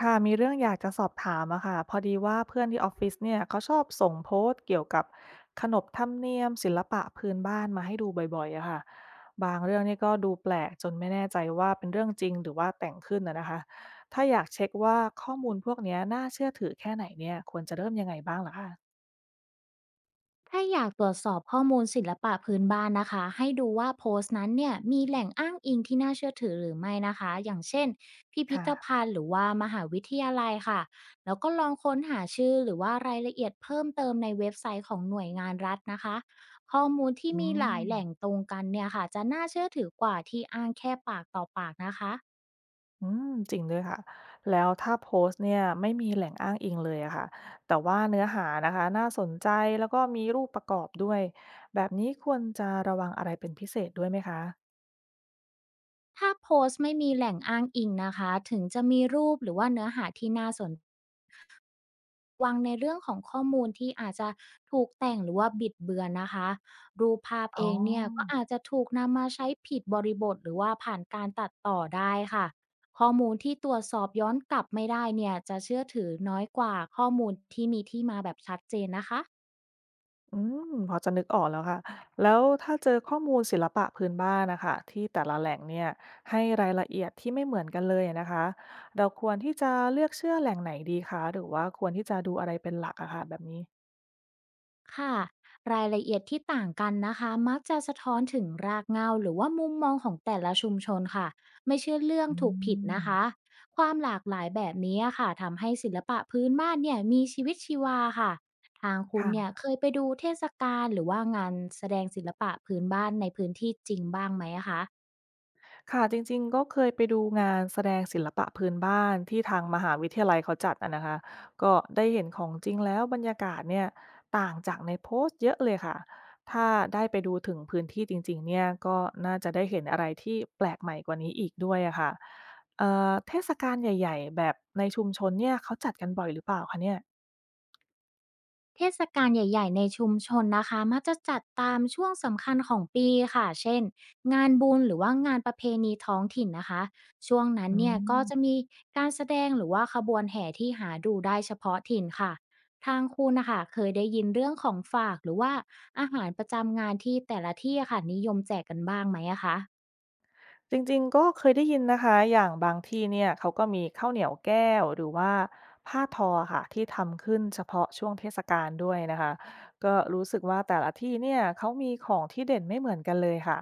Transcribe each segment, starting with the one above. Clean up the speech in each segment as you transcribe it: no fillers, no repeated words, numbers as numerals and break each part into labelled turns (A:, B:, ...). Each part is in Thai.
A: ค่ะมีเรื่องอยากจะสอบถามอะค่ะพอดีว่าเพื่อนที่ออฟฟิศเนี่ยเขาชอบส่งโพสต์เกี่ยวกับขนบธรรมเนียมศิลปะพื้นบ้านมาให้ดูบ่อยๆอะค่ะบางเรื่องนี่ก็ดูแปลกจนไม่แน่ใจว่าเป็นเรื่องจริงหรือว่าแต่งขึ้นนะคะถ้าอยากเช็คว่าข้อมูลพวกเนี้ยน่าเชื่อถือแค่ไหนเนี่ยควรจะเริ่มยังไงบ้างล่ะคะ
B: ถ้าอยากตรวจสอบข้อมูลศิลปะพื้นบ้านนะคะให้ดูว่าโพสต์นั้นเนี่ยมีแหล่งอ้างอิงที่น่าเชื่อถือหรือไม่นะคะอย่างเช่นพิพิธ
A: ค่ะ
B: ภัณฑ์หรือว่ามหาวิทยาลัยค่ะแล้วก็ลองค้นหาชื่อหรือว่ารายละเอียดเพิ่มเติมในเว็บไซต์ของหน่วยงานรัฐนะคะข้อมูลที่
A: อื
B: มีหลาย
A: ม
B: แหล่งตรงกันเนี่ยค่ะจะน่าเชื่อถือกว่าที่อ้างแค่ปากต่อปากนะคะ
A: อืมจริงด้วยค่ะแล้วถ้าโพสต์เนี่ยไม่มีแหล่งอ้างอิงเลยอะค่ะแต่ว่าเนื้อหานะคะน่าสนใจแล้วก็มีรูปประกอบด้วยแบบนี้ควรจะระวังอะไรเป็นพิเศษด้วยไหมคะ
B: ถ้าโพสต์ไม่มีแหล่งอ้างอิงนะคะถึงจะมีรูปหรือว่าเนื้อหาที่น่าสน วังในเรื่องของข้อมูลที่อาจจะถูกแต่งหรือว่าบิดเบือนนะคะรูปภาพ
A: อ๋
B: เอ
A: อ
B: งเนี่ยก็อาจจะถูกนำมาใช้ผิดบริบทหรือว่าผ่านการตัดต่อได้ค่ะข้อมูลที่ตรวจสอบย้อนกลับไม่ได้เนี่ยจะเชื่อถือน้อยกว่าข้อมูลที่มีที่มาแบบชัดเจนนะคะ
A: อืมพอจะนึกออกแล้วค่ะแล้วถ้าเจอข้อมูลศิลปะพื้นบ้านนะคะที่แต่ละแหล่งเนี่ยให้รายละเอียดที่ไม่เหมือนกันเลยนะคะเราควรที่จะเลือกเชื่อแหล่งไหนดีคะหรือว่าควรที่จะดูอะไรเป็นหลักอะค่ะแบบนี้
B: ค่ะรายละเอียดที่ต่างกันนะคะมักจะสะท้อนถึงรากเหง้าหรือว่ามุมมองของแต่ละชุมชนค่ะไม่เชื่อเรื่อง
A: อื
B: ถูกผิด
A: ม
B: นะคะความหลากหลายแบบนี้อะค่ะทำให้ศิลปะพื้นบ้านเนี่ยมีชีวิตชีวาค่ะทางคุณเนี่ย
A: ค่ะ
B: เคยไปดูเทศกาลหรือว่างานแสดงศิลปะพื้นบ้านในพื้นที่จริงบ้างไหมอะคะ
A: ค่ะจริงๆก็เคยไปดูงานแสดงศิลปะพื้นบ้านที่ทางมหาวิทยาลัยเขาจัดอะนะคะก็ได้เห็นของจริงแล้วบรรยากาศเนี่ยต่างจากในโพสต์เยอะเลยค่ะถ้าได้ไปดูถึงพื้นที่จริงๆเนี่ยก็น่าจะได้เห็นอะไรที่แปลกใหม่กว่านี้อีกด้วยอะค่ะเทศกาลใหญ่ๆแบบในชุมชนเนี่ยเขาจัดกันบ่อยหรือเปล่าคะเนี่ย
B: เทศกาลใหญ่ๆ ในชุมชนนะคะมักจะจัดตามช่วงสำคัญของปีค่ะเช่นงานบุญหรือว่างานประเพณีท้องถิ่นนะคะช่วงนั้น
A: อื
B: เนี่ยก็จะ
A: ม
B: มีการแสดงหรือว่าขบวนแห่ที่หาดูได้เฉพาะถิ่นค่ะทางคุณนะคะเคยได้ยินเรื่องของฝากหรือว่าอาหารประจำงานที่แต่ละที่อะค่ะนิยมแจกกันบ้างไหมอะคะ
A: จริงๆ ก็เคยได้ยินนะคะอย่างบางที่เนี่ยเขาก็มีข้าวเหนียวแก้วหรือว่าผ้าทอค่ะที่ทำขึ้นเฉพาะช่วงเทศกาลด้วยนะคะก็รู้สึกว่าแต่ละที่เนี่ยเขามีของที่เด่นไม่เหมือนกันเลยค่ะ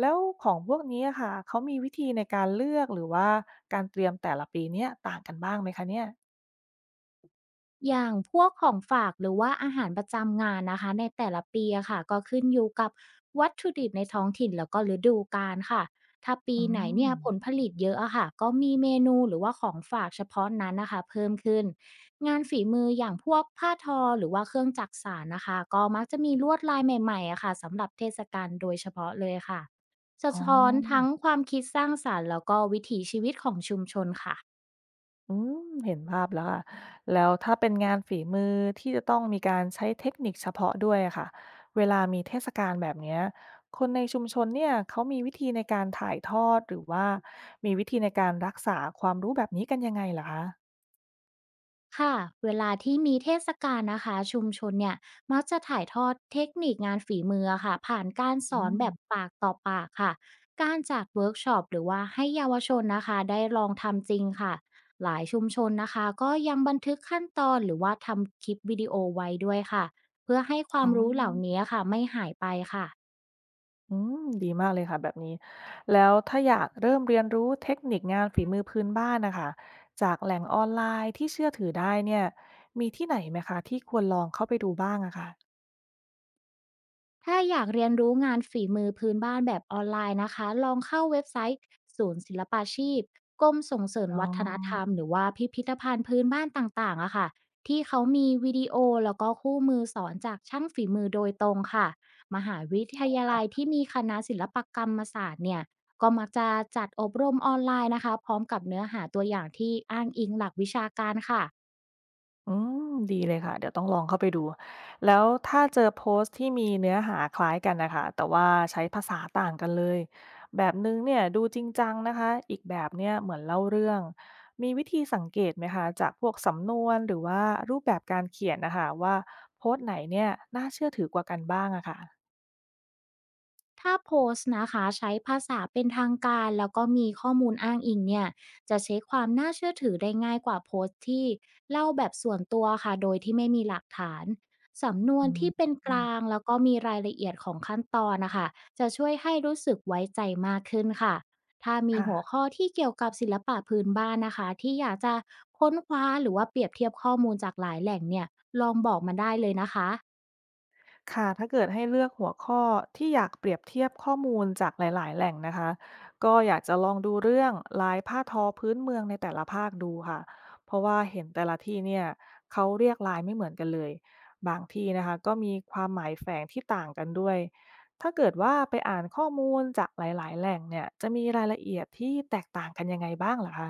A: แล้วของพวกนี้อะค่ะเขามีวิธีในการเลือกหรือว่าการเตรียมแต่ละปีเนี่ยต่างกันบ้างไหมคะเนี่ย
B: อย่างพวกของฝากหรือว่าอาหารประจำงานนะคะในแต่ละปีอะค่ะก็ขึ้นอยู่กับวัตถุดิบในท้องถิ่นแล้วก็ฤดูกาลค่ะถ้าปี
A: อื
B: ไหน
A: ม
B: เนี่ยผลผลิตเยอะอะค่ะก็มีเมนูหรือว่าของฝากเฉพาะนั้นนะคะเพิ่มขึ้นงานฝีมืออย่างพวกผ้าทอหรือว่าเครื่องจักสานนะคะก็มักจะมีลวดลายใหม่ๆอะค่ะสำหรับเทศกาลโดยเฉพาะเลยค่ะสะ
A: อ๋
B: ท้อนทั้ง
A: อ
B: ความคิดสร้างสรรค์แล้วก็วิถีชีวิตของชุมชนค่ะ
A: อืมเห็นภาพแล้วค่ะแล้วถ้าเป็นงานฝีมือที่จะต้องมีการใช้เทคนิคเฉพาะด้วยอะค่ะเวลามีเทศกาลแบบเนี้ยคนในชุมชนเนี่ย เขามีวิธีในการถ่ายทอดหรือว่ามีวิธีในการรักษาความรู้แบบนี้กันยังไงเหรอคะ
B: ค่ะเวลาที่มีเทศกาลนะคะชุมชนเนี่ยมักจะถ่ายทอดเทคนิคงานฝีมือค่ะผ่านการส
A: อื
B: อน
A: ม
B: แบบปากต่อปากค่ะการจัดเวิร์กช็อปหรือว่าให้เยาวชนนะคะได้ลองทำจริงค่ะหลายชุมชนนะคะก็ยังบันทึกขั้นตอนหรือว่าทำคลิปวิดีโอไว้ด้วยค่ะเพื่อให้ควา
A: อ๋
B: มรู้เหล่า
A: อ
B: นี้ค่ะไม่หายไปค่ะ
A: อืม ดีมากเลยค่ะแบบนี้ แล้วถ้าอยากเริ่มเรียนรู้เทคนิคงานฝีมือพื้นบ้านน่ะค่ะจากแหล่งออนไลน์ที่เชื่อถือได้เนี่ยมีที่ไหนไหมคะที่ควรลองเข้าไปดูบ้างอะค่ะ
B: ถ้าอยากเรียนรู้งานฝีมือพื้นบ้านแบบออนไลน์นะคะ ลองเข้าเว็บไซต์ศูนย์ศิลปาชีพกรมส่งเสริม
A: อ๋อ
B: วัฒนธรรมหรือว่าพิพิธภัณฑ์พื้นบ้านต่างๆอะค่ะที่เขามีวิดีโอแล้วก็คู่มือสอนจากช่างฝีมือโดยตรงค่ะมหาวิทยาลัยที่มีคณะศิลปกรรมศาสตร์เนี่ยก็มักจะจัดอบรมออนไลน์นะคะพร้อมกับเนื้อหาตัวอย่างที่อ้างอิงหลักวิชาการค่ะ
A: อืมดีเลยค่ะเดี๋ยวต้องลองเข้าไปดูแล้วถ้าเจอโพสต์ที่มีเนื้อหาคล้ายกันนะคะแต่ว่าใช้ภาษาต่างกันเลยแบบนึงเนี่ยดูจริงจังนะคะอีกแบบเนี่ยเหมือนเล่าเรื่องมีวิธีสังเกตไหมคะจากพวกสำนวนหรือว่ารูปแบบการเขียนนะคะว่าโพสต์ไหนเนี่ยน่าเชื่อถือกว่ากันบ้างอะค่ะ
B: ถ้าโพสต์นะคะใช้ภาษาเป็นทางการแล้วก็มีข้อมูลอ้างอิงเนี่ยจะเช็คความน่าเชื่อถือได้ง่ายกว่าโพสต์ที่เล่าแบบส่วนตัวค่ะโดยที่ไม่มีหลักฐานสำนว
A: อื
B: น
A: ม
B: ที่เป็นก
A: อืม
B: ลางแล้วก็มีรายละเอียดของขั้นตอนนะคะจะช่วยให้รู้สึกไว้ใจมากขึ้นค่ะถ้ามี
A: ค่ะ
B: หัวข้อที่เกี่ยวกับศิลปะพื้นบ้านนะคะที่อยากจะค้นคว้าหรือว่าเปรียบเทียบข้อมูลจากหลายแหล่งเนี่ยลองบอกมาได้เลยนะคะ
A: ค่ะถ้าเกิดให้เลือกหัวข้อที่อยากเปรียบเทียบข้อมูลจากหลายๆแหล่งนะคะก็อยากจะลองดูเรื่องลายผ้าทอพื้นเมืองในแต่ละภาคดูค่ะเพราะว่าเห็นแต่ละที่เนี่ยเขาเรียกลายไม่เหมือนกันเลยบางที่นะคะก็มีความหมายแฝงที่ต่างกันด้วยถ้าเกิดว่าไปอ่านข้อมูลจากหลายๆแหล่งเนี่ยจะมีรายละเอียดที่แตกต่างกันยังไงบ้างเหรอคะ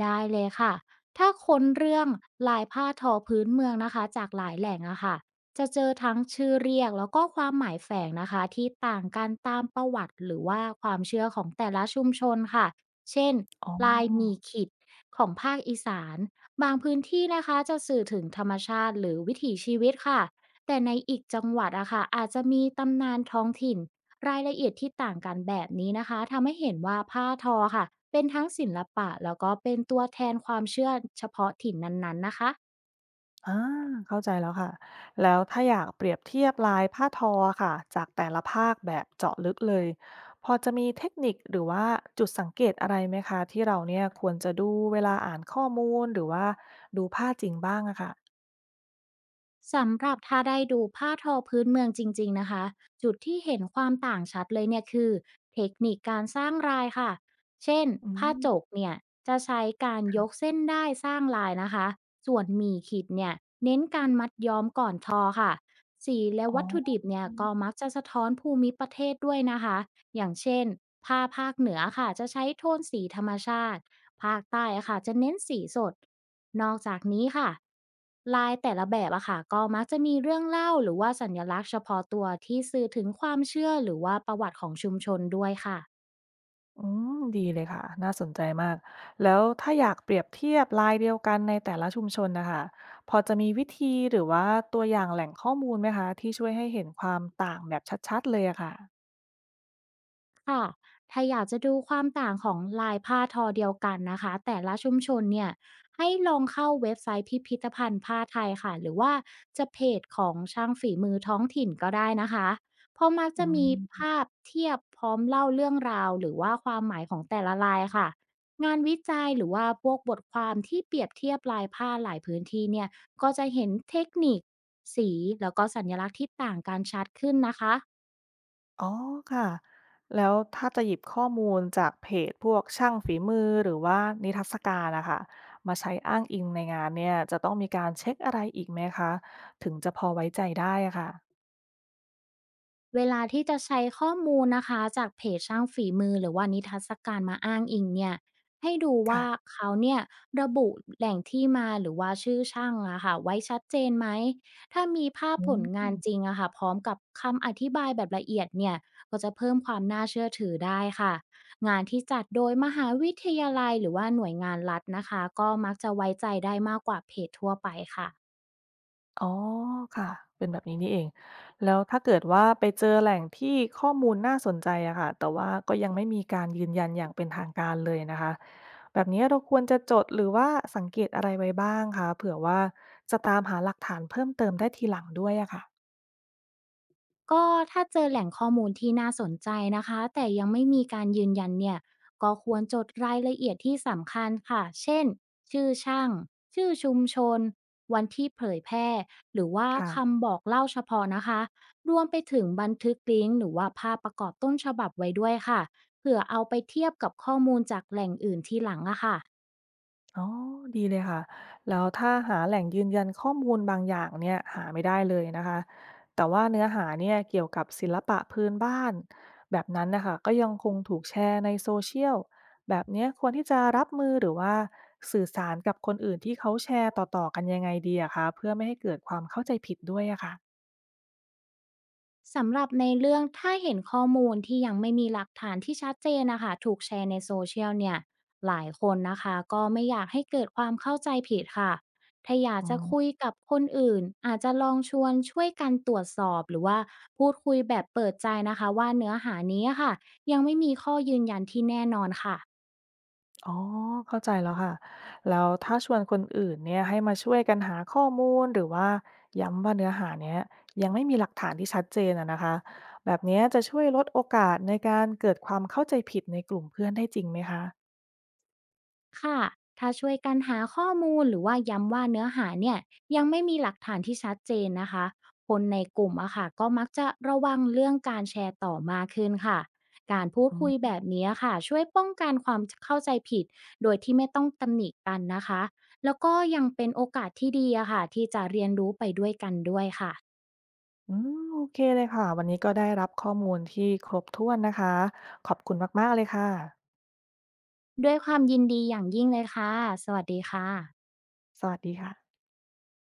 B: ได้เลยค่ะ ถ้าค้นเรื่องลายผ้าทอพื้นเมืองนะคะจากหลายแหล่งอะค่ะจะเจอทั้งชื่อเรียกแล้วก็ความหมายแฝงนะคะที่ต่างกันตามประวัติหรือว่าความเชื่อของแต่ละชุมชนค่ะเช่น
A: อ๋อ
B: ลายหมีขิดของภาคอีสานบางพื้นที่นะคะจะสื่อถึงธรรมชาติหรือวิถีชีวิตค่ะแต่ในอีกจังหวัดอะค่ะอาจจะมีตำนานท้องถิ่น รายละเอียดที่ต่างกันแบบนี้นะคะทำให้เห็นว่าผ้าทอค่ะเป็นทั้งศิลปะแล้วก็เป็นตัวแทนความเชื่อเฉพาะถิ่นนั้นๆนะคะ
A: อาเข้าใจแล้วค่ะแล้วถ้าอยากเปรียบเทียบลายผ้าทอค่ะจากแต่ละภาคแบบเจาะลึกเลยพอจะมีเทคนิคหรือว่าจุดสังเกตอะไรไหมคะที่เราเนี่ยควรจะดูเวลาอ่านข้อมูลหรือว่าดูผ้าจริงบ้างอะค่ะ
B: สำหรับถ้าได้ดูผ้าทอพื้นเมืองจริงๆนะคะจุดที่เห็นความต่างชัดเลยเนี่ยคือเทคนิคการสร้างลายค่ะเช่น
A: อื
B: ผ้า
A: ม
B: จกเนี่ยจะใช้การยกเส้นได้สร้างลายนะคะส่วนหมี่ขิดเนี่ย มัดย้อมก่อนทอค่ะสีและ
A: อ๋อ
B: วัตถุดิบเนี่ย
A: อื
B: ก็มักจะสะท้อนภูมิประเทศด้วยนะคะอย่างเช่นผ้าภาคเหนือค่ะจะใช้โทนสีธรรมชาติภาคใต้อะค่ะจะเน้นสีสดนอกจากนี้ค่ะลายแต่ละแบบอะค่ะก็มักจะมีเรื่องเล่าหรือว่าสัญลักษณ์เฉพาะตัวที่สื่อถึงความเชื่อหรือว่าประวัติของชุมชนด้วยค่ะ
A: มดีเลยค่ะน่าสนใจมากแล้วถ้าอยากเปรียบเทียบลายเดียวกันในแต่ละชุมชนน่ะค่ะพอจะมีวิธีหรือว่าตัวอย่างแหล่งข้อมูลไหมคะที่ช่วยให้เห็นความต่างแบบชัดๆเลยอะค่ะ
B: ค่ะถ้าอยากจะดูความต่างของลายผ้าทอเดียวกันนะคะแต่ละชุมชนเนี่ยให้ลองเข้าเว็บไซต์พิพิธภัณฑ์ผ้าไทยค่ะหรือว่าจะเพจของช่างฝีมือท้องถิ่นก็ได้นะคะเพราะมัก
A: อื
B: จะมี
A: ม
B: ภาพเทียบพร้อมเล่าเรื่องราวหรือว่าความหมายของแต่ละลายค่ะงานวิจัยหรือว่าพวกบทความที่เปรียบเทียบลายผ้าหลายพื้นที่เนี่ยก็จะเห็นเทคนิคสีแล้วก็สัญลักษณ์ที่ต่างกันชัดขึ้นนะคะ
A: อ๋อค่ะแล้วถ้าจะหยิบข้อมูลจากเพจพวกช่างฝีมือหรือว่านิทรรศการนะคะมาใช้อ้างอิงในงานเนี่ยจะต้องมีการเช็คอะไรอีกไหมคะถึงจะพอไว้ใจได้อะค่ะ
B: เวลาที่จะใช้ข้อมูลนะคะจากเพจช่างฝีมือหรือว่านิทรรศการมาอ้างอิงเนี่ยให้ดู
A: ค่ะ
B: ว่าเขาเนี่ยระบุแหล่งที่มาหรือว่าชื่อช่างอะค่ะไว้ชัดเจนไหมถ้ามีภาพ
A: อื
B: ผลงาน
A: ม
B: จริงอะค่ะพร้อมกับคำอธิบายแบบละเอียดเนี่ยก็จะเพิ่มความน่าเชื่อถือได้ค่ะงานที่จัดโดยมหาวิทยาลัยหรือว่าหน่วยงานรัฐนะคะก็มักจะไว้ใจได้มากกว่าเพจทั่วไปค่ะ
A: อ๋อค่ะเป็นแบบนี้นี่เองแล้วถ้าเกิดว่าไปเจอแหล่งที่ข้อมูลน่าสนใจอะค่ะแต่ว่าก็ยังไม่มีการยืนยันอย่างเป็นทางการเลยนะคะแบบนี้เราควรจะจดหรือว่าสังเกตอะไรไว้บ้างคะเผื่อว่าจะตามหาหลักฐานเพิ่มเติมได้ทีหลังด้วยอะค่ะ
B: ก็ถ้าเจอแหล่งข้อมูลที่น่าสนใจนะคะแต่ยังไม่มีการยืนยันเนี่ยก็ควรจดรายละเอียดที่สำคัญค่ะเช่นชื่อช่างชื่อชุมชนวันที่เผยแพร่หรือว่า
A: ค่ะ
B: คำบอกเล่าเฉพาะนะคะรวมไปถึงบันทึกลิงก์หรือว่าภาพประกอบต้นฉบับไว้ด้วยค่ะเผื่อเอาไปเทียบกับข้อมูลจากแหล่งอื่นที่หลังอะค่ะ
A: อ๋อดีเลยค่ะ แล้วถ้าหาแหล่งยืนยันข้อมูลบางอย่างเนี่ยหาไม่ได้เลยนะคะแต่ว่าเนื้อหาเนี่ยเกี่ยวกับศิลปะพื้นบ้านแบบนั้นนะคะก็ยังคงถูกแชร์ในโซเชียลแบบเนี้ยควรที่จะรับมือหรือว่าสื่อสารกับคนอื่นที่เขาแชร์ต่อๆกันยังไงดีอะคะเพื่อไม่ให้เกิดความเข้าใจผิดด้วยอะค่ะ
B: สำหรับในเรื่องถ้าเห็นข้อมูลที่ยังไม่มีหลักฐานที่ชัดเจนนะคะถูกแชร์ในโซเชียลเนี่ยหลายคนนะคะก็ไม่อยากให้เกิดความเข้าใจผิดค่ะถ้าอยาก
A: อื
B: จะคุ
A: ม
B: ยกับคนอื่นอาจจะลองชวนช่วยกันตรวจสอบหรือว่าพูดคุยแบบเปิดใจนะคะว่าเนื้อหานี้ค่ะยังไม่มีข้อยืนยันที่แน่นอนค่ะ
A: อ๋อเข้าใจแล้วค่ะแล้วถ้าชวนคนอื่นเนี่ยให้มาช่วยกันหาข้อมูลหรือว่าย้ำว่าเนื้อหาเนี้ยยังไม่มีหลักฐานที่ชัดเจนอะนะคะแบบเนี้ยจะช่วยลดโอกาสในการเกิดความเข้าใจผิดในกลุ่มเพื่อนได้จริงไหมคะ
B: ค่ะถ้าช่วยกันหาข้อมูลหรือว่าย้ำว่าเนื้อหาเนี่ยยังไม่มีหลักฐานที่ชัดเจนนะคะคนในกลุ่มอะค่ะก็มักจะระวังเรื่องการแชร์ต่อมากขึ้นค่ะการพูด
A: อื
B: คุย
A: ม
B: แบบนี้ค่ะช่วยป้องกันความเข้าใจผิดโดยที่ไม่ต้องตำหนิกันนะคะแล้วก็ยังเป็นโอกาสที่ดีอะค่ะที่จะเรียนรู้ไปด้วยกันด้วยค่ะ
A: อืมโอเคเลยค่ะวันนี้ก็ได้รับข้อมูลที่ครบถ้วนนะคะขอบคุณมากๆเลยค่ะ
B: ด้วยความยินดีอย่างยิ่งเลยค่ะสวัสดีค่ะ
A: สวัสดีค่ะ